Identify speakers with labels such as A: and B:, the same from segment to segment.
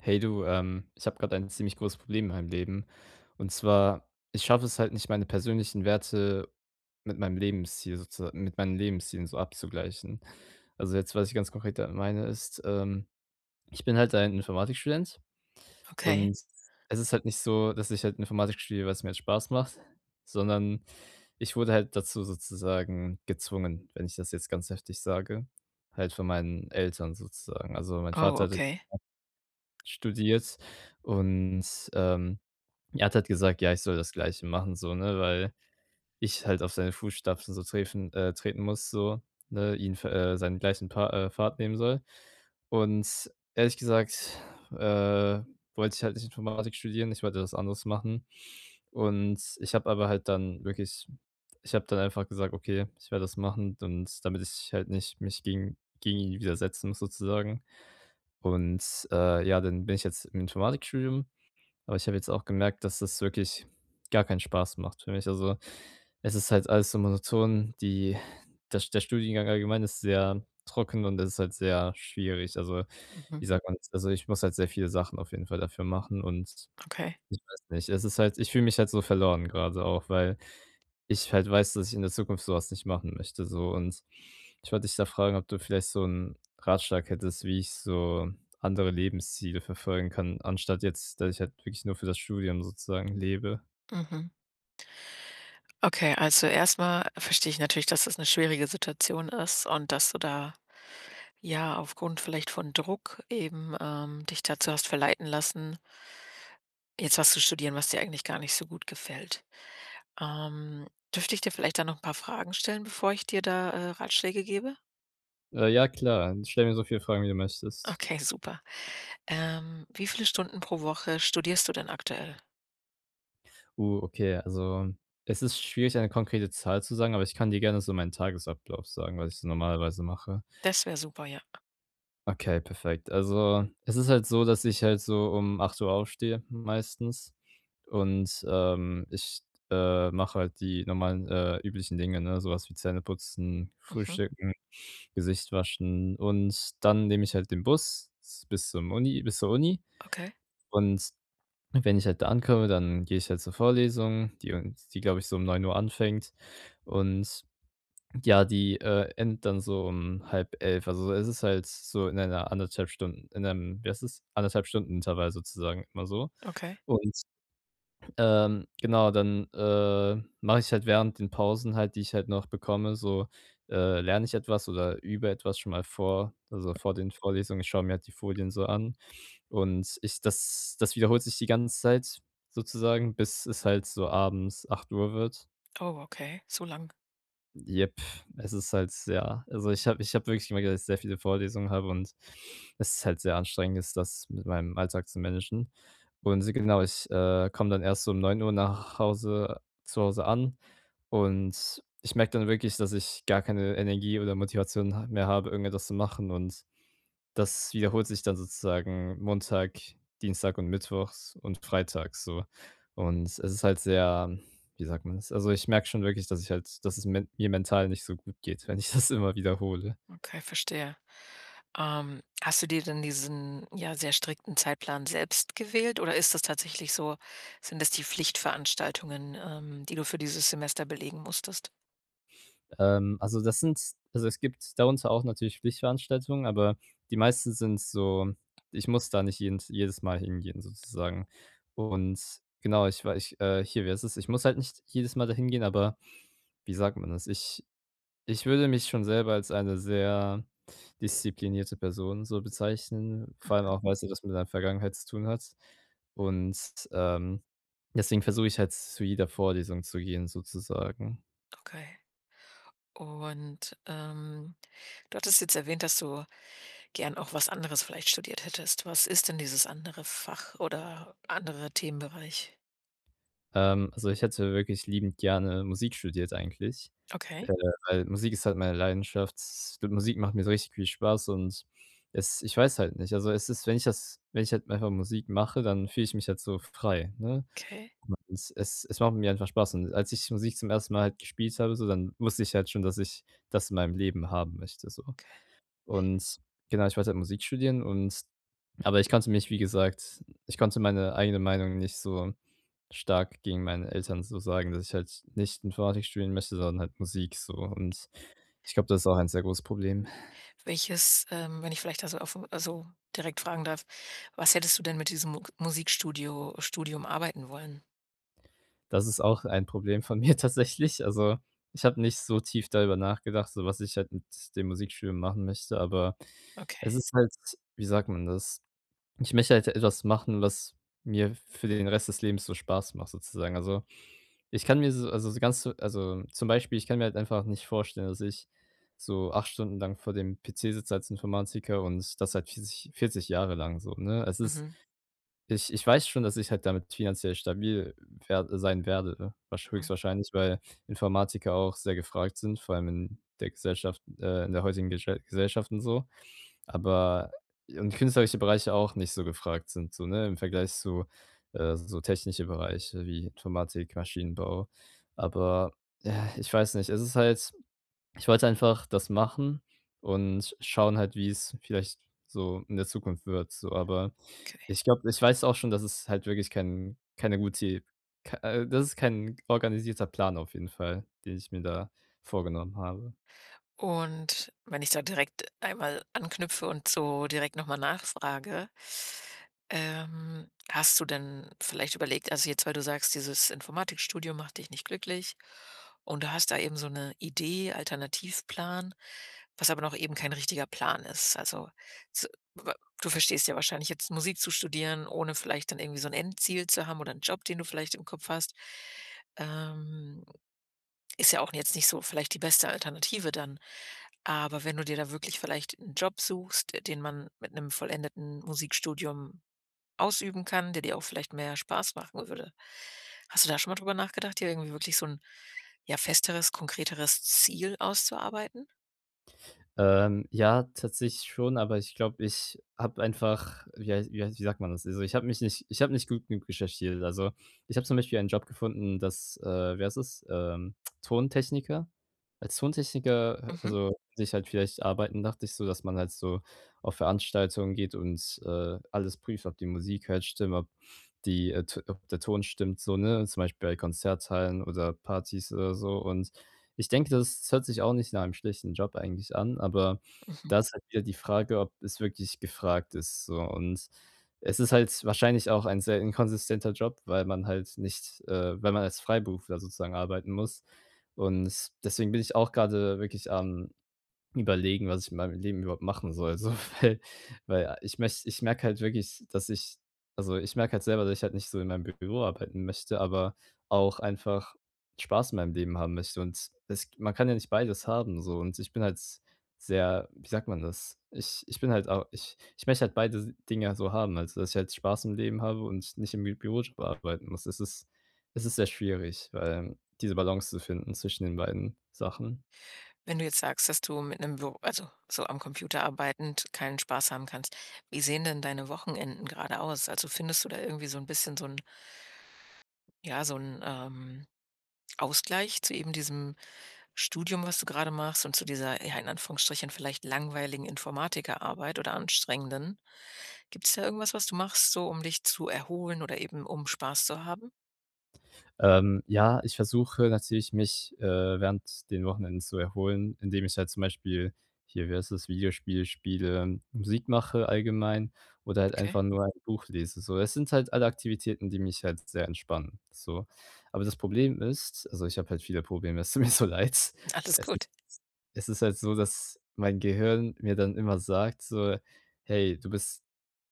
A: Hey du, ich habe gerade ein ziemlich großes Problem in meinem Leben. Und zwar, ich schaffe es halt nicht, meine persönlichen Werte mit meinem Lebensstil sozusagen mit meinen Lebenszielen so abzugleichen. Also jetzt, was ich ganz konkret damit meine, ist, ich bin halt ein Informatikstudent
B: Okay.
A: und es ist halt nicht so, dass ich halt Informatik studiere, weil es mir jetzt Spaß macht, sondern ich wurde halt dazu sozusagen gezwungen, wenn ich das jetzt ganz heftig sage, halt von meinen Eltern sozusagen. Also, mein
B: Oh,
A: Vater hat
B: okay.
A: studiert und, ähm, er hat halt gesagt: „Ja, ich soll das Gleiche machen", so, ne, weil ich halt auf seine Fußstapfen so trefen treten muss, so, ne, ihn f seinen gleichen Pa Pfad nehmen soll. Und ehrlich gesagt, äh, wollte ich halt nicht Informatik studieren, ich wollte was anderes machen. Und ich habe dann einfach gesagt: „Okay, ich werde das machen", und damit ich halt nicht mich gegen ihn widersetzen muss sozusagen. Und, ja, dann bin ich jetzt im Informatikstudium, aber ich habe jetzt auch gemerkt, dass das wirklich gar keinen Spaß macht für mich. Also, es ist halt alles so monoton. Die der der Studiengang allgemein ist sehr trocken und es ist halt sehr schwierig. Also,
B: Mhm.
A: wie sagt man das? Also, ich muss halt sehr viele Sachen auf jeden Fall dafür machen und
B: Okay.
A: ich weiß nicht. Es ist halt, ich fühle mich halt so verloren gerade auch, weil ich halt weiß, dass ich in der Zukunft sowas nicht machen möchte, so. Und ich wollte dich da fragen, ob du vielleicht so einen Ratschlag hättest, wie ich so andere Lebensziele verfolgen kann, anstatt jetzt, dass ich halt wirklich nur für das Studium sozusagen lebe.
B: Mhm. Okay, also erstmal verstehe ich natürlich, dass das eine schwierige Situation ist und dass du da, ja, aufgrund vielleicht von Druck eben, dich dazu hast verleiten lassen, jetzt was zu studieren, was dir eigentlich gar nicht so gut gefällt. Ähm, Dürfte ich dir vielleicht da noch ein paar Fragen stellen, bevor ich dir da, Ratschläge gebe?
A: Ja klar, stell mir so viele Fragen, wie du möchtest.
B: Okay, super. Wie viele Stunden pro Woche studierst du denn aktuell?
A: Okay, also, es ist schwierig, eine konkrete Zahl zu sagen, aber ich kann dir gerne so meinen Tagesablauf sagen, was ich so normalerweise mache.
B: Das wäre super, ja.
A: Okay, perfekt. Also, es ist halt so, dass ich halt so um 8 Uhr aufstehe meistens und, ich, mache halt die normalen, üblichen Dinge, ne, sowas was wie Zähneputzen,
B: Mhm.
A: Frühstücken, Gesicht waschen, und dann nehme ich halt den Bus z bis zum Uni bis zur Uni
B: Okay,
A: und wenn ich halt da ankomme, dann gehe ich halt zur Vorlesung, die und die, glaube ich, so um 9 Uhr anfängt und ja, die, endet dann so um halb elf. Also, es ist halt so in einer anderthalb Stunden in einem, wie heißt das, 1,5 Stunden Intervall sozusagen immer so.
B: okay.
A: Und, genau, dann, mache ich halt während den Pausen halt, die ich halt noch bekomme, so, lerne ich etwas oder übe etwas schon mal vor, also, vor den Vorlesungen. Ich schaue mir halt die Folien so an und ich das das wiederholt sich die ganze Zeit sozusagen, bis es halt so abends 8 Uhr wird.
B: Oh, okay, so lang.
A: Jep, es ist halt sehr, also, ich habe wirklich gemerkt, dass ich sehr viele Vorlesungen habe und es ist halt sehr anstrengend ist, das mit meinem Alltag zu managen. Und genau, ich, komme dann erst so um 9 Uhr nach Hause zu Hause an und ich merke dann wirklich, dass ich gar keine Energie oder Motivation ha mehr habe, irgendetwas zu machen und das wiederholt sich dann sozusagen Montag, Dienstag und mittwochs und freitags so. Und es ist halt sehr, wie sagt man das? Also, ich merke schon wirklich, dass ich halt, dass es men mir mental nicht so gut geht, wenn ich das immer wiederhole.
B: Okay, verstehe. Hast du dir denn diesen, ja, sehr strikten Zeitplan selbst gewählt oder ist das tatsächlich so, sind das die Pflichtveranstaltungen, die du für dieses Semester belegen musstest?
A: Also, das sind, also, es gibt darunter auch natürlich Pflichtveranstaltungen, aber die meisten sind so, ich muss da nicht jeden jedes Mal hingehen sozusagen. Und genau, hier, wie heißt es? Ich muss halt nicht jedes Mal dahin gehen, aber wie sagt man das? Ich würde mich schon selber als eine sehr disziplinierte Person so bezeichnen, vor allem
B: Mhm,
A: auch, weil es ja das mit deiner Vergangenheit zu tun hat. Und, ähm, deswegen versuche ich halt zu jeder Vorlesung zu gehen sozusagen.
B: okay. Und, du hattest jetzt erwähnt, dass du gern auch was anderes vielleicht studiert hättest. Was ist denn dieses andere Fach oder andere Themenbereich?
A: Also, ich hätte wirklich liebend gerne Musik studiert eigentlich,
B: Okay,
A: äh, weil Musik ist halt meine Leidenschaft. D Musik macht mir so richtig viel Spaß und es ich weiß halt nicht. Also, es ist wenn ich das wenn ich halt einfach Musik mache, dann fühle ich mich halt so frei, ne?
B: okay,
A: Es macht mir einfach Spaß und als ich Musik zum ersten Mal halt gespielt habe, so, dann wusste ich halt schon, dass ich das in meinem Leben haben möchte, so.
B: okay.
A: Und genau, ich wollte halt Musik studieren, und aber wie gesagt, ich konnte meine eigene Meinung nicht so stark gegen meine Eltern so sagen, dass ich halt nicht Informatik studieren möchte, sondern halt Musik so. Und ich glaube, das ist auch ein sehr großes Problem.
B: Welches, wenn ich vielleicht also so, also, direkt fragen darf, was hättest du denn mit diesem Mu Musikstudio Studium arbeiten wollen?
A: Das ist auch ein Problem von mir tatsächlich. Also, ich habe nicht so tief darüber nachgedacht, so was ich halt mit dem Musikstudium machen möchte, aber
B: Okay.
A: es ist halt, wie sagt man das? Ich möchte halt etwas machen, was mir für den Rest des Lebens so Spaß macht sozusagen. Also, ich kann mir so also, so ganz so- also, zum Beispiel, ich kann mir halt einfach nicht vorstellen, dass ich so 8 Stunden lang vor dem PC sitze als Informatiker und das halt vierzig 40 Jahre lang so, ne? Es ist,
B: Mhm.
A: ich ich weiß schon, dass ich halt damit finanziell stabil wer sein werde, ne? Wahrsch Höchstwahrscheinlich, weil Informatiker auch sehr gefragt sind, vor allem in der heutigen Gesche Gesellschaft und so. Aber und künstlerische Bereiche auch nicht so gefragt sind, so, ne, im Vergleich zu, so technische Bereiche wie Informatik, Maschinenbau. Aber, ja, ich weiß nicht, es ist halt, ich wollte einfach das machen und schauen halt, wie es vielleicht so in der Zukunft wird, so. Aber
B: Okay.
A: ich glaube, ich weiß auch schon, dass es halt wirklich kein keine gute k das ist kein organisierter Plan auf jeden Fall, den ich mir da vorgenommen habe.
B: Und wenn ich da direkt einmal anknüpfe und so direkt nochmal nachfrage, hast du denn vielleicht überlegt, also jetzt, weil du sagst, dieses Informatikstudium macht dich nicht glücklich und du hast da eben so eine Idee, Alternativplan, was aber noch eben kein richtiger Plan ist. Also, z wa du verstehst ja wahrscheinlich jetzt Musik zu studieren, ohne vielleicht dann irgendwie so ein Endziel zu haben oder einen Job, den du vielleicht im Kopf hast. Ähm, ist ja auch jetzt nicht so vielleicht die beste Alternative dann. Aber wenn du dir da wirklich vielleicht 'n Job suchst, den man mit 'nem vollendeten Musikstudium ausüben kann, der dir auch vielleicht mehr Spaß machen würde. Hast du da schon mal drüber nachgedacht, dir irgendwie wirklich so 'n, ja, festeres, konkreteres Ziel auszuarbeiten?
A: Ja, tatsächlich schon, aber ich glaube, ich habe einfach, wie sagt man das? Also, ich habe nicht gut genug recherchiert. Also, ich habe zum Beispiel einen Job gefunden, wie heißt es? Tontechniker. Als Tontechniker,
B: Mhm,
A: also, könnte ich halt vielleicht arbeiten, dachte ich so, dass man halt so auf Veranstaltungen geht und, alles prüft, ob die Musik halt stimmt, ob die, T ob der Ton stimmt so, ne? Zum Beispiel bei Konzerthallen oder Partys oder so, und ich denke, das hört sich auch nicht nach einem schlechten Job eigentlich an, aber
B: mhm.
A: da ist halt wieder die Frage, ob es wirklich gefragt ist so. Und es ist halt wahrscheinlich auch ein sehr inkonsistenter Job, weil man halt nicht weil man als Freiberufler sozusagen arbeiten muss. Und deswegen bin ich auch gerade wirklich am Überlegen, was ich in meinem Leben überhaupt machen soll, so, weil, ich merke halt wirklich, dass ich, also, ich merke halt selber, dass ich halt nicht so in meinem Büro arbeiten möchte, aber auch einfach Spaß in meinem Leben haben möchte und es, man kann ja nicht beides haben so und ich bin halt sehr, wie sagt man das? Ich bin halt auch, ich möchte halt beide Dinge so haben, also, dass ich halt Spaß im Leben habe und nicht im Bü Bürojob arbeiten muss. Es ist sehr schwierig, weil diese Balance zu finden zwischen den beiden Sachen.
B: Wenn du jetzt sagst, dass du mit 'nem Büro, also so am Computer arbeitend, keinen Spaß haben kannst, wie sehen denn deine Wochenenden grade aus? Also, findest du da irgendwie so 'n bisschen so 'n, ja, so 'n, ähm, Ausgleich zu eben diesem Studium, was du gerade machst, und zu dieser, ja, in Anführungsstrichen vielleicht langweiligen Informatikerarbeit oder anstrengenden. Gibt es da irgendwas, was du machst, so um dich zu erholen oder eben um Spaß zu haben?
A: Ja, ich versuche natürlich, mich, während den Wochenenden zu erholen, indem ich halt zum Beispiel, hier, wie heißt das, Videospiel spiele, Musik mache allgemein oder halt
B: Okay,
A: einfach nur ein Buch lese, so. Das sind halt alle Aktivitäten, die mich halt sehr entspannen, so. Aber das Problem ist, also, ich habe halt viele Probleme, es tut mir so leid.
B: alles
A: Es ist,
B: gut.
A: es ist halt so, dass mein Gehirn mir dann immer sagt so: „Hey, du bist,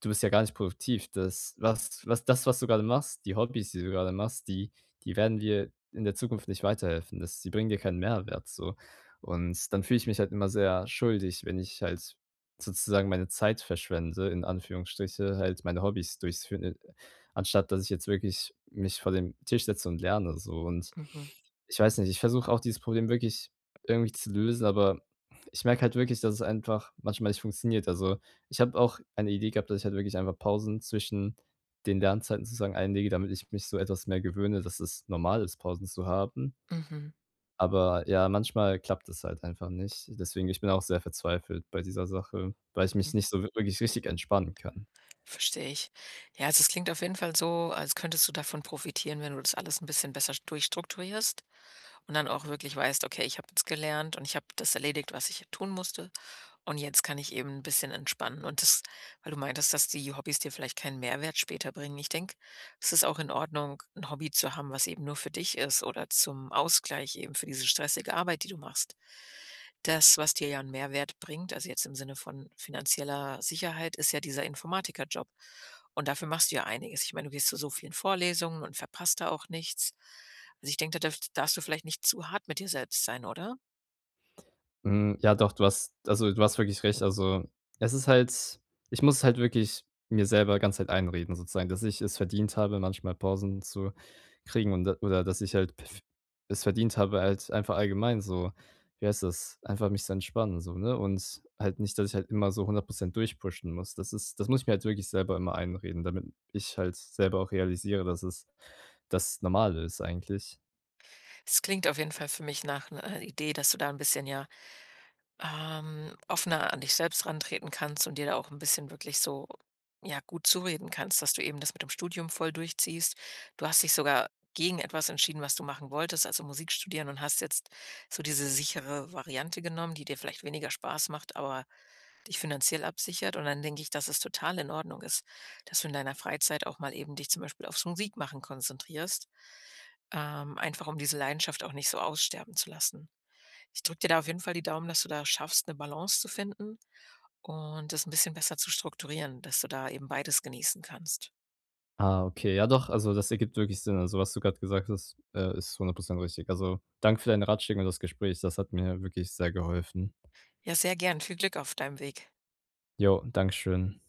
A: du bist ja gar nicht produktiv. Das, was du gerade machst, die Hobbys, die du gerade machst, die die werden dir in der Zukunft nicht weiterhelfen. Das, die bringen dir keinen Mehrwert so." Und dann fühle ich mich halt immer sehr schuldig, wenn ich halt sozusagen meine Zeit verschwende, in Anführungsstriche, halt meine Hobbys durchführe, anstatt dass ich jetzt wirklich mich vor dem Tisch setze und lerne so. Und
B: Mhm,
A: ich weiß nicht, ich versuche auch dieses Problem wirklich irgendwie zu lösen, aber ich merke halt wirklich, dass es einfach manchmal nicht funktioniert. Also, ich habe auch eine Idee gehabt, dass ich halt wirklich einfach Pausen zwischen den Lernzeiten sozusagen einlege, damit ich mich so etwas mehr gewöhne, dass es normal ist, Pausen zu haben.
B: mhm,
A: Aber ja, manchmal klappt es halt einfach nicht. Deswegen, ich bin auch sehr verzweifelt bei dieser Sache, weil ich
B: mhm.
A: mich nicht so wirklich richtig entspannen kann.
B: Verstehe ich. Ja, also es klingt auf jeden Fall so, als könntest du davon profitieren, wenn du das alles ein bisschen besser durchstrukturierst und dann auch wirklich weißt: „Okay, ich habe jetzt gelernt und ich habe das erledigt, was ich tun musste.“ Und jetzt kann ich eben ein bisschen entspannen und das, weil du meintest, dass die Hobbys dir vielleicht keinen Mehrwert später bringen. Ich denke, es ist auch in Ordnung, ein Hobby zu haben, was eben nur für dich ist oder zum Ausgleich eben für diese stressige Arbeit, die du machst. Das, was dir ja einen Mehrwert bringt, also jetzt im Sinne von finanzieller Sicherheit, ist ja dieser Informatikerjob. Und dafür machst du ja einiges. Ich meine, du gehst zu so vielen Vorlesungen und verpasst da auch nichts. Also, ich denke, da darfst du vielleicht nicht zu hart mit dir selbst sein, oder?
A: Hm, ja doch, du hast wirklich recht. Also, es ist halt, ich muss es halt wirklich mir selber ganz halt einreden sozusagen, dass ich es verdient habe, manchmal Pausen zu kriegen und da, oder dass ich halt perf es verdient habe, halt einfach allgemein so, wie heißt das, einfach mich zu entspannen so, ne? Und halt nicht, dass ich halt immer so 100% durchpushen muss. Das ist, das muss ich mir halt wirklich selber immer einreden, damit ich halt selber auch realisiere, dass es das Normale ist eigentlich.
B: Es klingt auf jeden Fall für mich nach einer Idee, dass du da ein bisschen, ja, ähm, offener an dich selbst rantreten kannst und dir da auch ein bisschen wirklich so, ja, gut zureden kannst, dass du eben das mit dem Studium voll durchziehst. Du hast dich sogar gegen etwas entschieden, was du machen wolltest, also Musik studieren, und hast jetzt so diese sichere Variante genommen, die dir vielleicht weniger Spaß macht, aber dich finanziell absichert. Und dann denke ich, dass es total in Ordnung ist, dass du in deiner Freizeit auch mal eben dich zum Beispiel aufs Musikmachen konzentrierst, einfach um diese Leidenschaft auch nicht so aussterben zu lassen. Ich drücke dir da auf jeden Fall die Daumen, dass du da schaffst, eine Balance zu finden und das ein bisschen besser zu strukturieren, dass du da eben beides genießen kannst.
A: Ah, okay. Ja doch, also das ergibt wirklich Sinn. Also, was du gerade gesagt hast, ist 100 richtig. Also, danke für deinen Ratschläge und das Gespräch. Das hat mir wirklich sehr geholfen.
B: Ja, sehr gern. Viel Glück auf deinem Weg.
A: Jo, danke schön.